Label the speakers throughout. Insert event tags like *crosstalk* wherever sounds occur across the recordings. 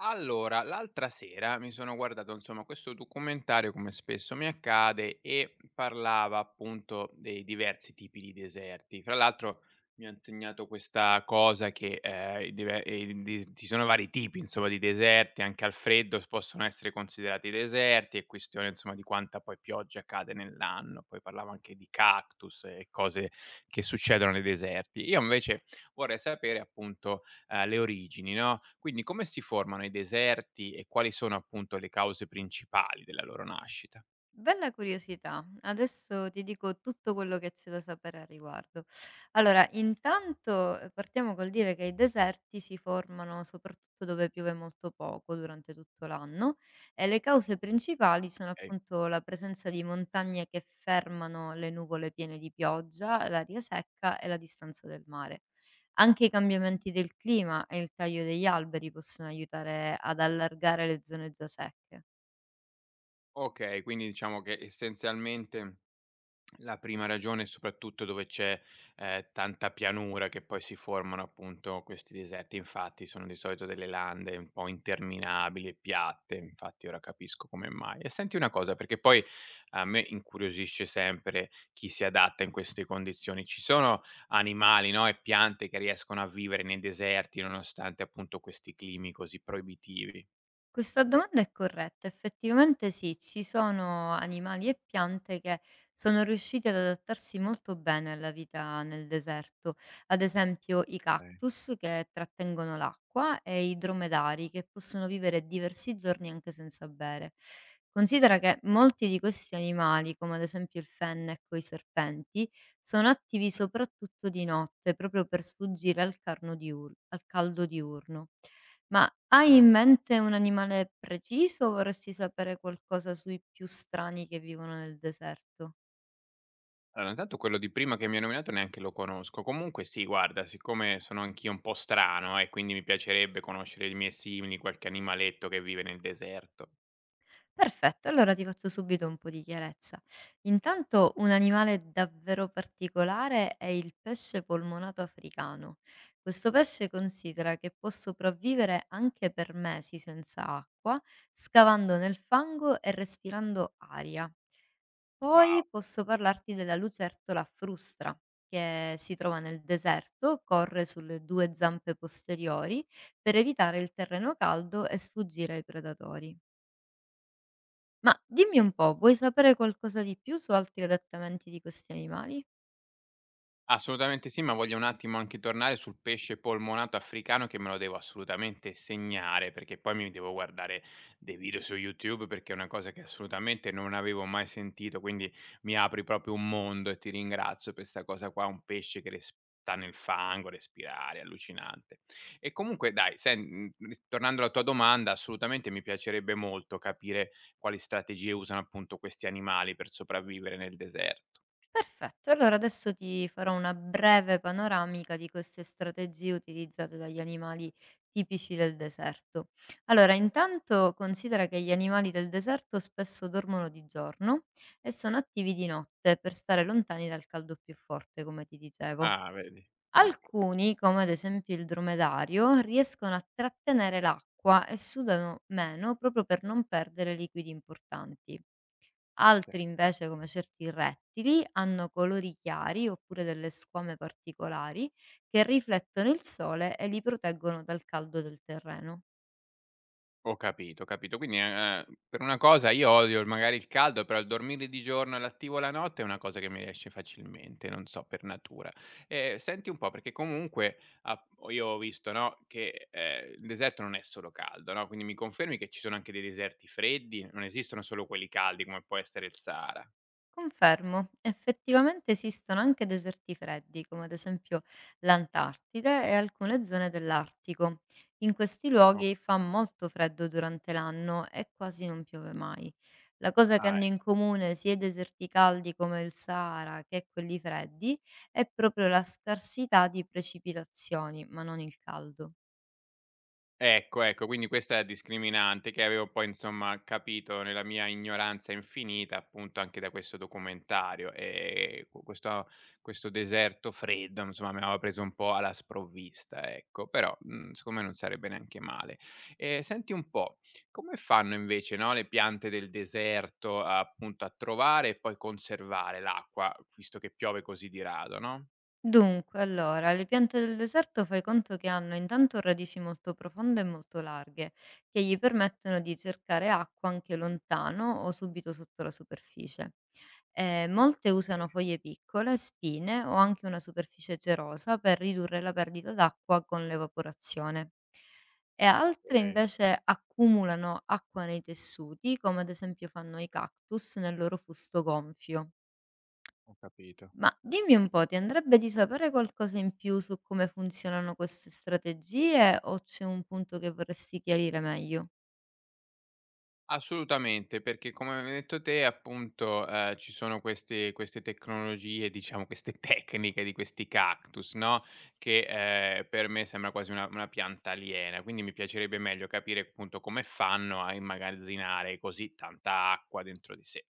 Speaker 1: Allora, l'altra sera mi sono guardato, insomma, questo documentario, come spesso mi accade, e parlava appunto dei diversi tipi di deserti. Fra l'altro mi ha insegnato questa cosa che i diver- i di- ci sono vari tipi, insomma, di deserti, anche al freddo possono essere considerati deserti, è questione, insomma, di quanta poi pioggia cade nell'anno. Poi parlava anche di cactus e cose che succedono nei deserti. Io invece vorrei sapere appunto le origini, no, quindi come si formano i deserti e quali sono appunto le cause principali della loro nascita?
Speaker 2: Bella curiosità. Adesso ti dico tutto quello che c'è da sapere a riguardo. Allora, intanto partiamo col dire che i deserti si formano soprattutto dove piove molto poco durante tutto l'anno e le cause principali sono
Speaker 1: Okay.
Speaker 2: appunto la presenza di montagne che fermano le nuvole piene di pioggia, l'aria secca e la distanza del mare. Anche i cambiamenti del clima e il taglio degli alberi possono aiutare ad allargare le zone già secche.
Speaker 1: Okay, quindi diciamo che essenzialmente la prima ragione è soprattutto dove c'è, tanta pianura che poi si formano appunto questi deserti. Infatti sono di solito delle lande un po' interminabili e piatte, infatti ora capisco come mai. E senti una cosa, perché poi a me incuriosisce sempre chi si adatta in queste condizioni. Ci sono animali, no, e piante che riescono a vivere nei deserti nonostante appunto questi climi così proibitivi?
Speaker 2: Questa domanda è corretta. Effettivamente sì, ci sono animali e piante che sono riusciti ad adattarsi molto bene alla vita nel deserto. Ad esempio i
Speaker 1: Okay,
Speaker 2: cactus che trattengono l'acqua e i dromedari che possono vivere diversi giorni anche senza bere. Considera che
Speaker 1: okay,
Speaker 2: molti di questi animali, come ad esempio il fennec o i serpenti, sono attivi soprattutto di notte, proprio per sfuggire al al caldo diurno. Ma hai in
Speaker 1: cer
Speaker 2: mente un animale preciso o vorresti sapere qualcosa sui più strani che vivono nel deserto?
Speaker 1: allora, intanto quello di prima che mi hai nominato neanche lo conosco. Comunque sì, guarda, siccome sono anch'io un po' strano e quindi mi piacerebbe conoscere i miei simili, qualche animaletto che vive nel deserto.
Speaker 2: Perfetto, allora ti faccio subito un po' di chiarezza. Intanto un animale davvero particolare è il pesce polmonato africano. Questo pesce considera che può sopravvivere anche per mesi senza acqua, scavando nel fango e respirando aria.
Speaker 1: Wow!
Speaker 2: Poi posso parlarti della lucertola frustra, che si trova nel deserto, corre sulle due zampe posteriori per evitare il terreno caldo e sfuggire ai predatori. Ma dimmi un po', vuoi sapere qualcosa di più su altri adattamenti di questi animali?
Speaker 1: Assolutamente sì, ma voglio un attimo anche tornare sul pesce polmonato africano che me lo devo assolutamente segnare, perché poi mi devo guardare dei video su YouTube, perché è una cosa che assolutamente non avevo mai sentito, quindi mi apri proprio un mondo e ti ringrazio per 'sta cosa qua, un pesce che res sta nel fango, respirare, allucinante. E comunque dai, sen mhmm, ris tornando alla tua domanda, assolutamente mi piacerebbe molto capire quali strategie usano appunto questi animali per sopravvivere nel deserto.
Speaker 2: Perfetto, allora adesso ti farò una breve panoramica di queste strategie utilizzate dagli animali tipici del deserto. Allora, intanto considera che gli animali del deserto spesso dormono di giorno e sono attivi di notte per stare lontani dal caldo più forte, come ti dicevo.
Speaker 1: Ah vedi, oka
Speaker 2: Alcuni, come ad esempio il dromedario, riescono a trattenere l'acqua e sudano meno proprio per non perdere liquidi importanti. Altri
Speaker 1: certo.
Speaker 2: invece, come certi rettili, hanno colori chiari oppure delle squame particolari che riflettono il sole e li proteggono dal caldo del terreno.
Speaker 1: Ho capito, ho capito. Quindi, per una cosa io odio il magari il caldo, però il dormire di giorno e l'attivo la notte è una cosa che mi riesce facilmente, non so, per natura. Senti un po', perché comunque a io ho visto, no, che, il deserto non è solo caldo, no, quindi mi confermi che ci sono anche dei deserti freddi? Non esistono solo quelli caldi come può essere il Sahara?
Speaker 2: Confermo, effettivamente esistono anche deserti freddi, come ad esempio l'Antartide e alcune zone dell'Artico. In questi
Speaker 1: O
Speaker 2: luoghi fa molto freddo durante l'anno e quasi non piove mai. La cosa che
Speaker 1: ah,
Speaker 2: hanno in comune sia i deserti caldi come il Sahara che quelli freddi è proprio la scarsità di precipitazioni, ma non il caldo.
Speaker 1: Ecco, ecco, quindi questa è la discriminante che avevo poi insomma capito nella mia ignoranza infinita, appunto, anche da questo documentario. Cu questo questo deserto freddo, insomma, mi aveva preso un po' alla sprovvista, ecco. Però, mhmm, secondo me non sarebbe neanche male. Senti un po', come fanno invece, no, le piante del deserto, appunto, a trovare e poi conservare l'acqua, visto che piove così di rado, no?
Speaker 2: Dunque, allora, le piante del deserto fai conto che hanno intanto radici molto profonde e molto larghe, che gli permettono di cercare acqua anche lontano o subito sotto la superficie. Molte usano foglie piccole, spine o anche una superficie cerosa per ridurre la perdita d'acqua con l'evaporazione. E altre
Speaker 1: Okay,
Speaker 2: invece accumulano acqua nei tessuti, come ad esempio fanno i cactus nel loro fusto gonfio.
Speaker 1: ho capito.
Speaker 2: Ma dimmi un po', ti andrebbe di sapere qualcosa in più su come funzionano queste strategie o c'è un punto che vorresti chiarire meglio?
Speaker 1: Assolutamente, perché come hai detto te appunto, ci sono queste tecnologie, diciamo queste *laughs* tecniche di questi cactus, no, che, per me sembra quasi una pianta aliena, quindi mi piacerebbe meglio capire appunto come fanno a immagazzinare così tanta acqua dentro di sé.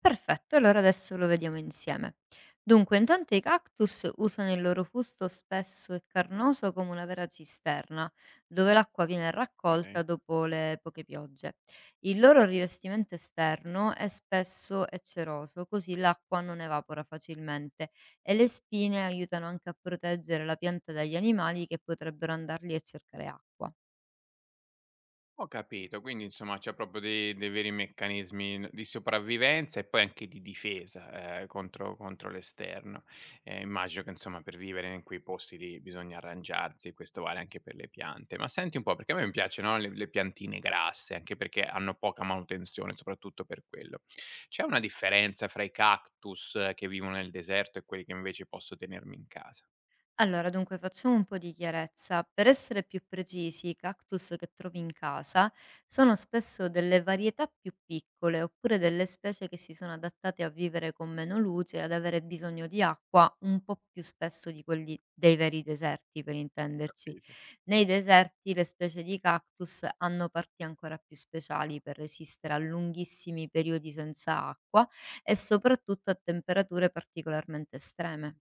Speaker 2: Perfetto, allora adesso lo vediamo insieme. Dunque, intanto i cactus usano il loro fusto spesso e carnoso come una vera cisterna, dove l'acqua viene raccolta
Speaker 1: Okay.
Speaker 2: dopo le poche piogge. Il loro rivestimento esterno è spesso e ceroso, così l'acqua non evapora facilmente e le spine aiutano anche a proteggere la pianta dagli animali che potrebbero andarli a cercare acqua.
Speaker 1: Ho capito, quindi insomma c'è proprio dei veri meccanismi n di sopravvivenza e poi anche di difesa, contro l'esterno. Immagino che insomma per vivere in quei posti lì bisogna arrangiarsi, questo vale anche per le piante. Ma senti un po', perché a me piace, no, le piantine grasse, anche perché hanno poca manutenzione, soprattutto per quello. C'è una differenza fra i cactus che vivono nel deserto e quelli che invece posso tenermi in casa?
Speaker 2: Allora, dunque facciamo un po' di chiarezza. Per essere più precisi, i cactus che trovi in casa sono spesso delle varietà più piccole oppure delle specie che si sono adattate a vivere con meno luce e ad avere bisogno di acqua un po' più spesso di quelli dei veri deserti, per
Speaker 1: Ho
Speaker 2: intenderci.
Speaker 1: capi
Speaker 2: Nei deserti le specie di cactus hanno parti ancora più speciali per resistere a lunghissimi periodi senza acqua e soprattutto a temperature particolarmente estreme.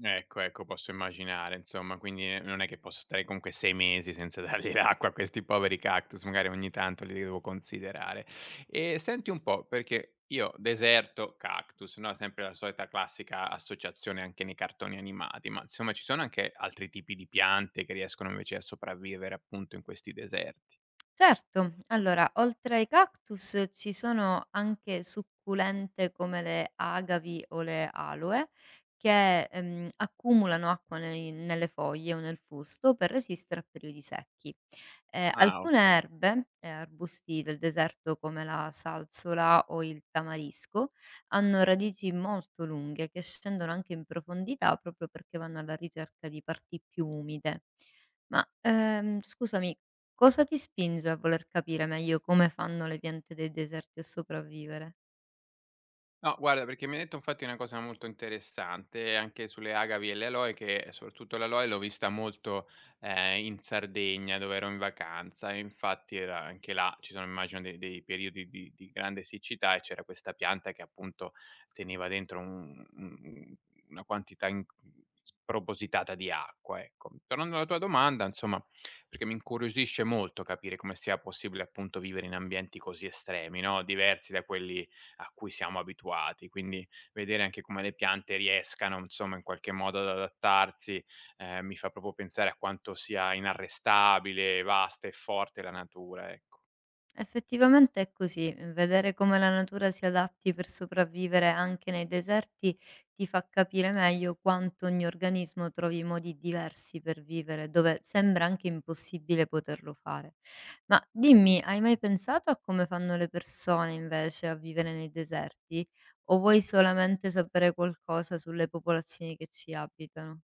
Speaker 1: Ecco, ecco, posso immaginare insomma, quindi, non è che posso stare comunque 6 mesi senza *laughs* dargli l'acqua a questi poveri cactus, magari ogni tanto li devo considerare. E senti un po', perché io deserto, cactus, no, sempre la solita classica associazione anche nei cartoni animati, ma insomma ci sono anche altri tipi di piante che riescono invece a sopravvivere appunto in questi deserti?
Speaker 2: Certo, allora oltre ai cactus ci sono anche succulente come le agavi o le aloe che, accumulano acqua nei nelle foglie o nel fusto per resistere a periodi secchi.
Speaker 1: Ah,
Speaker 2: Alcune
Speaker 1: oka
Speaker 2: erbe e arbusti del deserto come la salsola o il tamarisco hanno radici molto lunghe che scendono anche in profondità proprio perché vanno alla ricerca di parti più umide. Scusami, cosa ti spinge a voler capire meglio come fanno le piante dei deserti a sopravvivere?
Speaker 1: No, guarda, perché mi hai detto infatti una cosa molto interessante anche sulle agavi e le aloe, che soprattutto l'aloe l'ho vista molto in Sardegna dove ero in vacanza, e infatti era anche là ci sono immagino dei periodi di grande siccità e c'era questa pianta che appunto teneva dentro una quantità spropositata di acqua. Ecco. Tornando alla tua domanda, insomma, perché mi incuriosisce molto capire come sia possibile appunto vivere in ambienti così estremi, no? Diversi da quelli a cui siamo abituati. Quindi vedere anche come le piante riescano, insomma, in qualche modo ad adattarsi, mi fa proprio pensare a quanto sia inarrestabile, vasta e forte la natura, ecco.
Speaker 2: Effettivamente è così, vedere come la natura si adatti per sopravvivere anche nei deserti ti fa capire meglio quanto ogni organismo trovi modi diversi per vivere, dove sembra anche impossibile poterlo fare. Ma
Speaker 1: Mh.
Speaker 2: dimmi, hai mai pensato a come fanno le persone invece a vivere nei deserti? O vuoi solamente sapere qualcosa sulle popolazioni che ci abitano?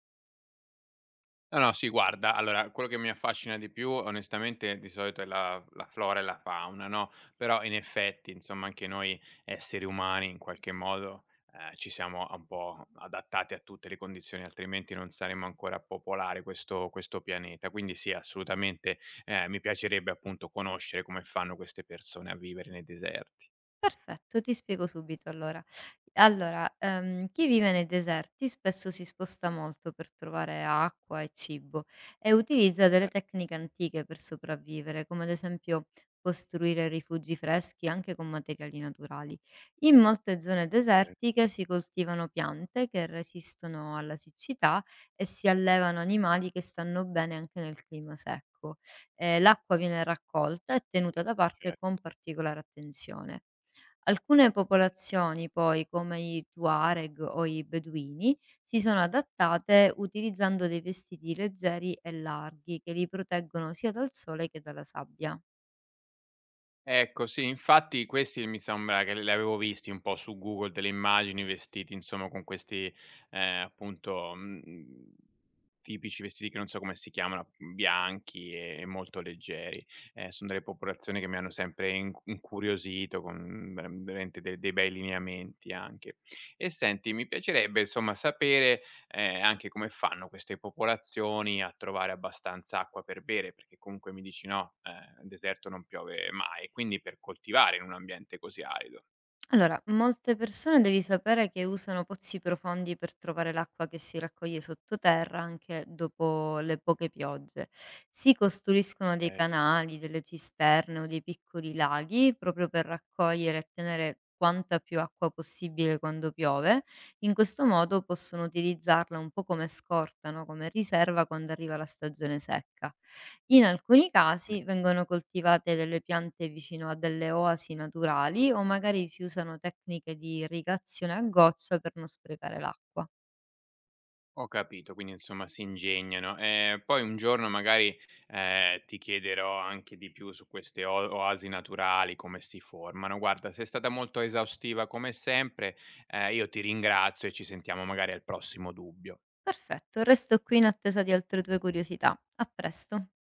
Speaker 1: No, no, sì, guarda, allora quello che mi affascina di più onestamente di solito è la flora e la fauna, no, però in effetti, insomma, anche noi esseri umani in qualche modo, ci siamo un po' adattati a tutte le condizioni, altrimenti non saremmo ancora a popolare questo pianeta. Quindi sì, assolutamente, mi piacerebbe appunto conoscere come fanno queste persone a vivere nei deserti.
Speaker 2: Perfetto, ti spiego subito allora. Allora, chi vive nei deserti spesso si sposta molto per trovare acqua e cibo e utilizza delle
Speaker 1: Eh,
Speaker 2: tecniche antiche per sopravvivere, come ad esempio costruire rifugi freschi anche con materiali naturali. In molte zone
Speaker 1: okay, ho
Speaker 2: desertiche si coltivano piante che resistono alla siccità e si allevano animali che stanno bene anche nel clima secco. L'acqua viene raccolta e tenuta da
Speaker 1: capito,
Speaker 2: parte
Speaker 1: cer
Speaker 2: con particolare attenzione. Alcune popolazioni poi, come i Tuareg o i Beduini, si sono adattate utilizzando dei vestiti leggeri e larghi che li proteggono sia dal sole che dalla sabbia.
Speaker 1: ecco, sì, infatti questi mi sembra che li avevo visti un po' su Google delle immagini vestiti insomma con questi, appunto, mhmm, tipici vestiti che non so come si chiamano, mm, bianchi e molto leggeri. Son delle popolazioni che mi hanno sempre incuriosito con veramente de dei bei lineamenti anche. E senti, mi piacerebbe insomma sapere, anche come fanno queste popolazioni a trovare abbastanza acqua per bere, perché comunque mi dici, no, nel deserto non piove mai, quindi per coltivare in un ambiente così arido.
Speaker 2: Allora, molte persone devi sapere che usano pozzi profondi per trovare l'acqua che si raccoglie sottoterra anche dopo le poche piogge. Si costruiscono dei
Speaker 1: Ehm,
Speaker 2: canali, delle cisterne o dei piccoli laghi proprio per raccogliere e tenere quanta più acqua possibile quando piove. In questo modo possono utilizzarla un po' come scorta, no? Come riserva quando arriva la stagione secca. In alcuni
Speaker 1: me
Speaker 2: casi vengono coltivate delle piante vicino a delle oasi naturali o magari si usano tecniche di irrigazione a goccia per non sprecare l'acqua.
Speaker 1: ho capito, quindi insomma si ingegnano. Poi un giorno magari, ti chiederò anche di più su queste o oasi naturali, come si formano. Guarda, sei stata molto esaustiva come sempre, io ti ringrazio e ci sentiamo magari al prossimo dubbio.
Speaker 2: Perfetto, resto qui in attesa di altre tue curiosità. A presto.